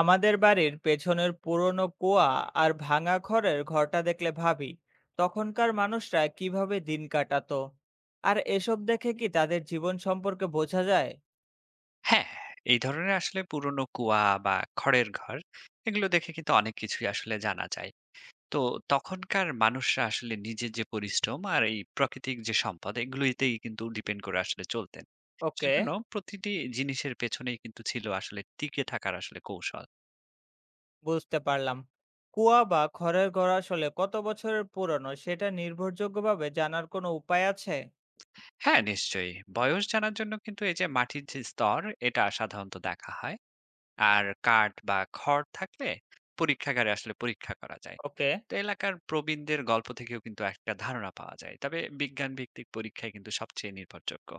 আমাদের বাড়ির পেছনের পুরনো কুয়া আর ভাঙা ঘরের ঘরটা দেখলে ভাবি, তখনকার মানুষরা কিভাবে দিন কাটাতো? আর এসব দেখে কি তাদের জীবন সম্পর্কে বোঝা যায়? হ্যাঁ, এই ধরনের আসলে পুরনো কুয়া বা খড়ের ঘর এগুলো দেখে কিন্তু অনেক কিছুই আসলে জানা যায়। তো তখনকার মানুষরা আসলে নিজের যে পরিশ্রম আর এই প্রাকৃতিক যে সম্পদ এগুলোতেই কিন্তু ডিপেন্ড করে আসলে চলতেন। ওকে, সেজন্য প্রতিটি জিনিসের পেছনেই কিন্তু ছিল আসলে টিকে থাকার আসলে কৌশল। বুঝতে পারলাম। কুয়া বা খড়ের ঘর আসলে কত বছরের পুরনো সেটা নির্ভরযোগ্যভাবে জানার কোনো উপায় আছে? হ্যাঁ, নিশ্চয়ই। বয়স জানার জন্য কিন্তু এই যে মাটির যে স্তর এটা সাধারণত দেখা হয়। আর কাঠ বা খড় থাকলে পরীক্ষাগারে আসলে পরীক্ষা করা যায়। ওকে। তো এলাকার প্রবীণদের গল্প থেকেও কিন্তু একটা ধারণা পাওয়া যায়, তবে বিজ্ঞান ভিত্তিক পরীক্ষায় কিন্তু সবচেয়ে নির্ভরযোগ্য।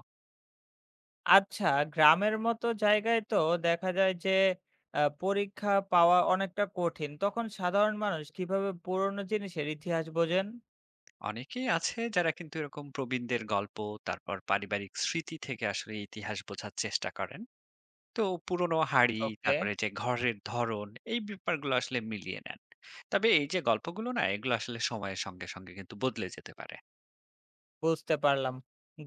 আচ্ছা, গ্রামের মতো জায়গায় তো দেখা যায় যে পরীক্ষা পাওয়া অনেকটা কঠিন, তখন সাধারণ মানুষ কিভাবে পুরনো জিনিসের ইতিহাস বোঝেন? অনেকেই আছে যারা কিন্তু এরকম প্রবীণদের গল্প তারপর পারিবারিক স্মৃতি থেকে আসলে ইতিহাস বোঝার চেষ্টা করেন। তো পুরনো হাড়ি ওকে, তারপরে যে ঘরের ধরন এই ব্যাপারগুলো আসলে মিলিয়ে নেন। তবে এই যে গল্পগুলো না এগুলো আসলে সময়ের সঙ্গে সঙ্গে কিন্তু বদলে যেতে পারে। বুঝতে পারলাম।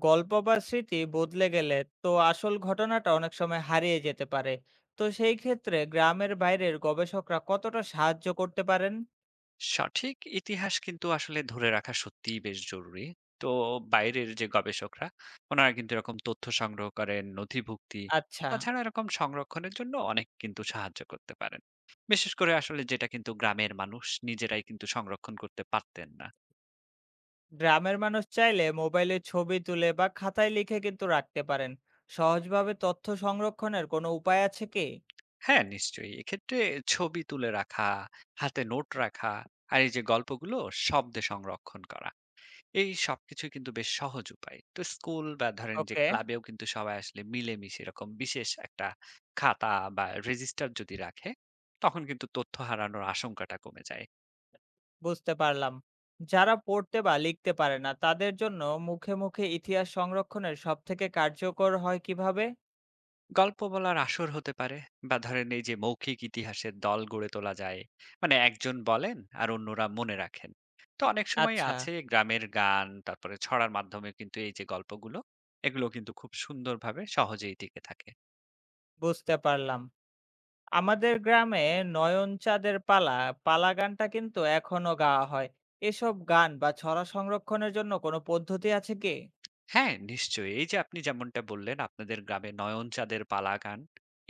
গল্প বা স্মৃতি বদলে গেলে তো আসল ঘটনাটা অনেক সময় হারিয়ে যেতে পারে। তো সেই ক্ষেত্রে গ্রামের বাইরের গবেষকরা কতটা সাহায্য করতে পারেন? সঠিক ইতিহাস কিন্তু আসলে ধরে রাখা সত্যিই বেশ জরুরি। তো বাইরের যে গবেষকরা, উনারা কিন্তু এরকম তথ্য সংগ্রহ করেন, নথিভুক্তি, আচ্ছা, তাছাড়া এরকম সংরক্ষণের জন্য অনেক কিন্তু সাহায্য করতে পারেন। বিশেষ করে আসলে যেটা কিন্তু গ্রামের মানুষ নিজেরাই কিন্তু সংরক্ষণ করতে পারতেন না। গ্রামের মানুষ চাইলে মোবাইলে ছবি তুলে বা খাতায় লিখে কিন্তু রাখতে পারেন। সহজভাবে তথ্য সংরক্ষণের কোনো উপায় আছে কি? হ্যাঁ, নিশ্চয়ই। এক্ষেত্রে ছবি তুলে রাখা, হাতে নোট রাখা, আর এই যে গল্পগুলো শব্দে সংরক্ষণ করা। এই সবকিছুই কিন্তু বেশ সহজ উপায়। তো স্কুল বা ধরেন যে ওকে, ক্লাবেও কিন্তু সবাই আসলে মিলেমিশে এরকম বিশেষ একটা খাতা বা রেজিস্টার যদি রাখে, তখন কিন্তু তথ্য হারানোর আশঙ্কাটা কমে যায়। বুঝতে পারলাম। যারা পড়তে বা লিখতে পারে না তাদের জন্য মুখে মুখে ইতিহাস সংরক্ষণের সবথেকে কার্যকর হয় কিভাবে? গল্প বলার আসর হতে পারে বা ধরেন এই যে মৌখিক ইতিহাসের দল গড়ে তোলা যায়। মানে একজন বলেন আর অন্যরা মনে রাখেন। তো অনেক সময় আচ্ছা। আছে গ্রামের গান, তারপরে ছড়ার মাধ্যমে কিন্তু এই যে গল্পগুলো, এগুলো কিন্তু খুব সুন্দরভাবে সহজেই টিকে থাকে। বুঝতে পারলাম। আমাদের গ্রামে নয়ন চাঁদের পালা, পালা গানটা কিন্তু এখনো গাওয়া হয়। এসব গান বা ছড়া সংরক্ষণের জন্য কোনো পদ্ধতি আছে কি? হ্যাঁ, নিশ্চয়ই। এই যে আপনি যেমনটা বললেন আপনাদের গ্রামে নয়নচাঁদের পালা গান।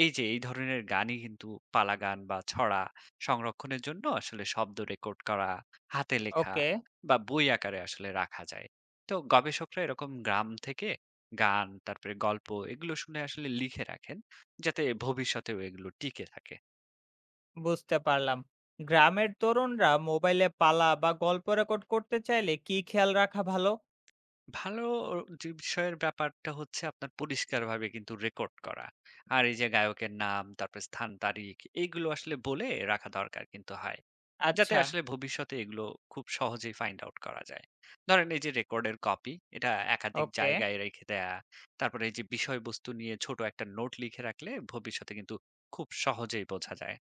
এই যে এই ধরনের গানই কিন্তু পালা গান বা ছড়া সংরক্ষণের জন্য আসলে শব্দ রেকর্ড করা, হাতে লেখা ওকে, বা বই আকারে আসলে রাখা যায়। তো গবেষকরা এরকম গ্রাম থেকে গান, তারপরে গল্প এগুলো শুনে আসলে লিখে রাখেন যাতে ভবিষ্যতেও এগুলো টিকে থাকে। বুঝতে পারলাম। গ্রামের তরুণরা মোবাইলে পালা বা গল্প রেকর্ড করতে চাইলে কি খেয়াল রাখা ভালো? ভালো যে বিষয়ের ব্যাপারটা হচ্ছে আপনার পরিষ্কারভাবে কিন্তু রেকর্ড করা। আর এই যে গায়কের নাম, তারপর স্থান, তারিখ এইগুলো আসলে বলে রাখা দরকার কিন্তু হয়। যাতে আচ্ছা, আসলে ভবিষ্যতে এগুলো খুব সহজেই ফাইন্ড আউট করা যায়। ধরেন এই যে রেকর্ডের কপি এটা একাধিক ওকে। জায়গায় রেখে দেয়া। তারপরে এই যে বিষয়বস্তু নিয়ে ছোট একটা নোট লিখে রাখলে ভবিষ্যতে কিন্তু খুব সহজেই বোঝা যায়।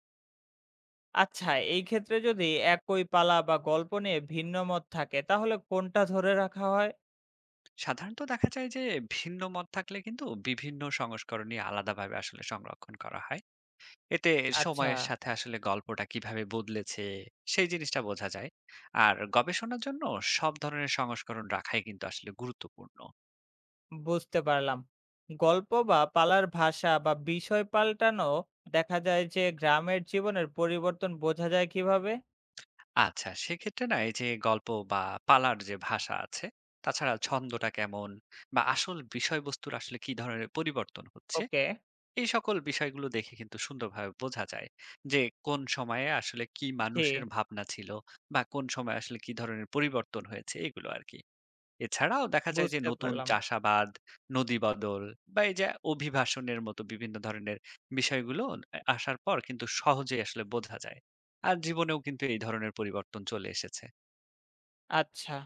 আচ্ছা, এই ক্ষেত্রে যদি একই পালা বা গল্প নিয়ে ভিন্ন মত থাকে, তাহলে কোনটা ধরে রাখা হয়? সাধারণত দেখা যায় যে ভিন্ন মত থাকলে কিন্তু বিভিন্ন সংস্করণই আলাদাভাবে আসলে সংরক্ষণ করা হয়। এতে আচ্ছা। সময়ের সাথে আসলে গল্পটা কিভাবে বদলেছে সেই জিনিসটা বোঝা যায়, আর গবেষণার জন্য সব ধরনের সংস্করণ রাখাই কিন্তু আসলে গুরুত্বপূর্ণ। বুঝতে পারলাম। গল্প বা পালার ভাষা বা বিষয় পাল্টানো দেখা যায় যে গ্রামের জীবনের পরিবর্তন বোঝা যায় কিভাবে? আচ্ছা, সেক্ষেত্রে না এই যে গল্প বা পালার যে ভাষা আছে, তাছাড়া ছন্দটা কেমন বা আসল বিষয়বস্তুর আসলে কি ধরনের পরিবর্তন হচ্ছে, ওকে। এই সকল বিষয়গুলো দেখে কিন্তু সুন্দরভাবে বোঝা যায় যে কোন সময়ে আসলে কি জি। মানুষের ভাবনা ছিল বা কোন সময় আসলে কি ধরনের পরিবর্তন হয়েছে এগুলো আর কি। এছাড়াও দেখা যায় যে বুঝতে নতুন পারলাম। চাষাবাদ, নদী বদল বা এই যে অভিবাসনের মতো বিভিন্ন ধরনের বিষয়গুলো এ আসার পর কিন্তু সহজেই আসলে বোঝা যায়। আর জীবনেও কিন্তু এই ধরনের পরিবর্তন চলে এসেছে। আচ্ছা,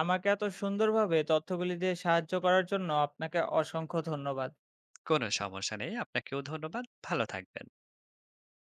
আমাকে এত সুন্দরভাবে তথ্যগুলি দিয়ে সাহায্য করার জন্য আপনাকে অসংখ্য ধন্যবাদ। কোনো সমস্যা নেই। আপনাকেও ধন্যবাদ। ভালো থাকবেন।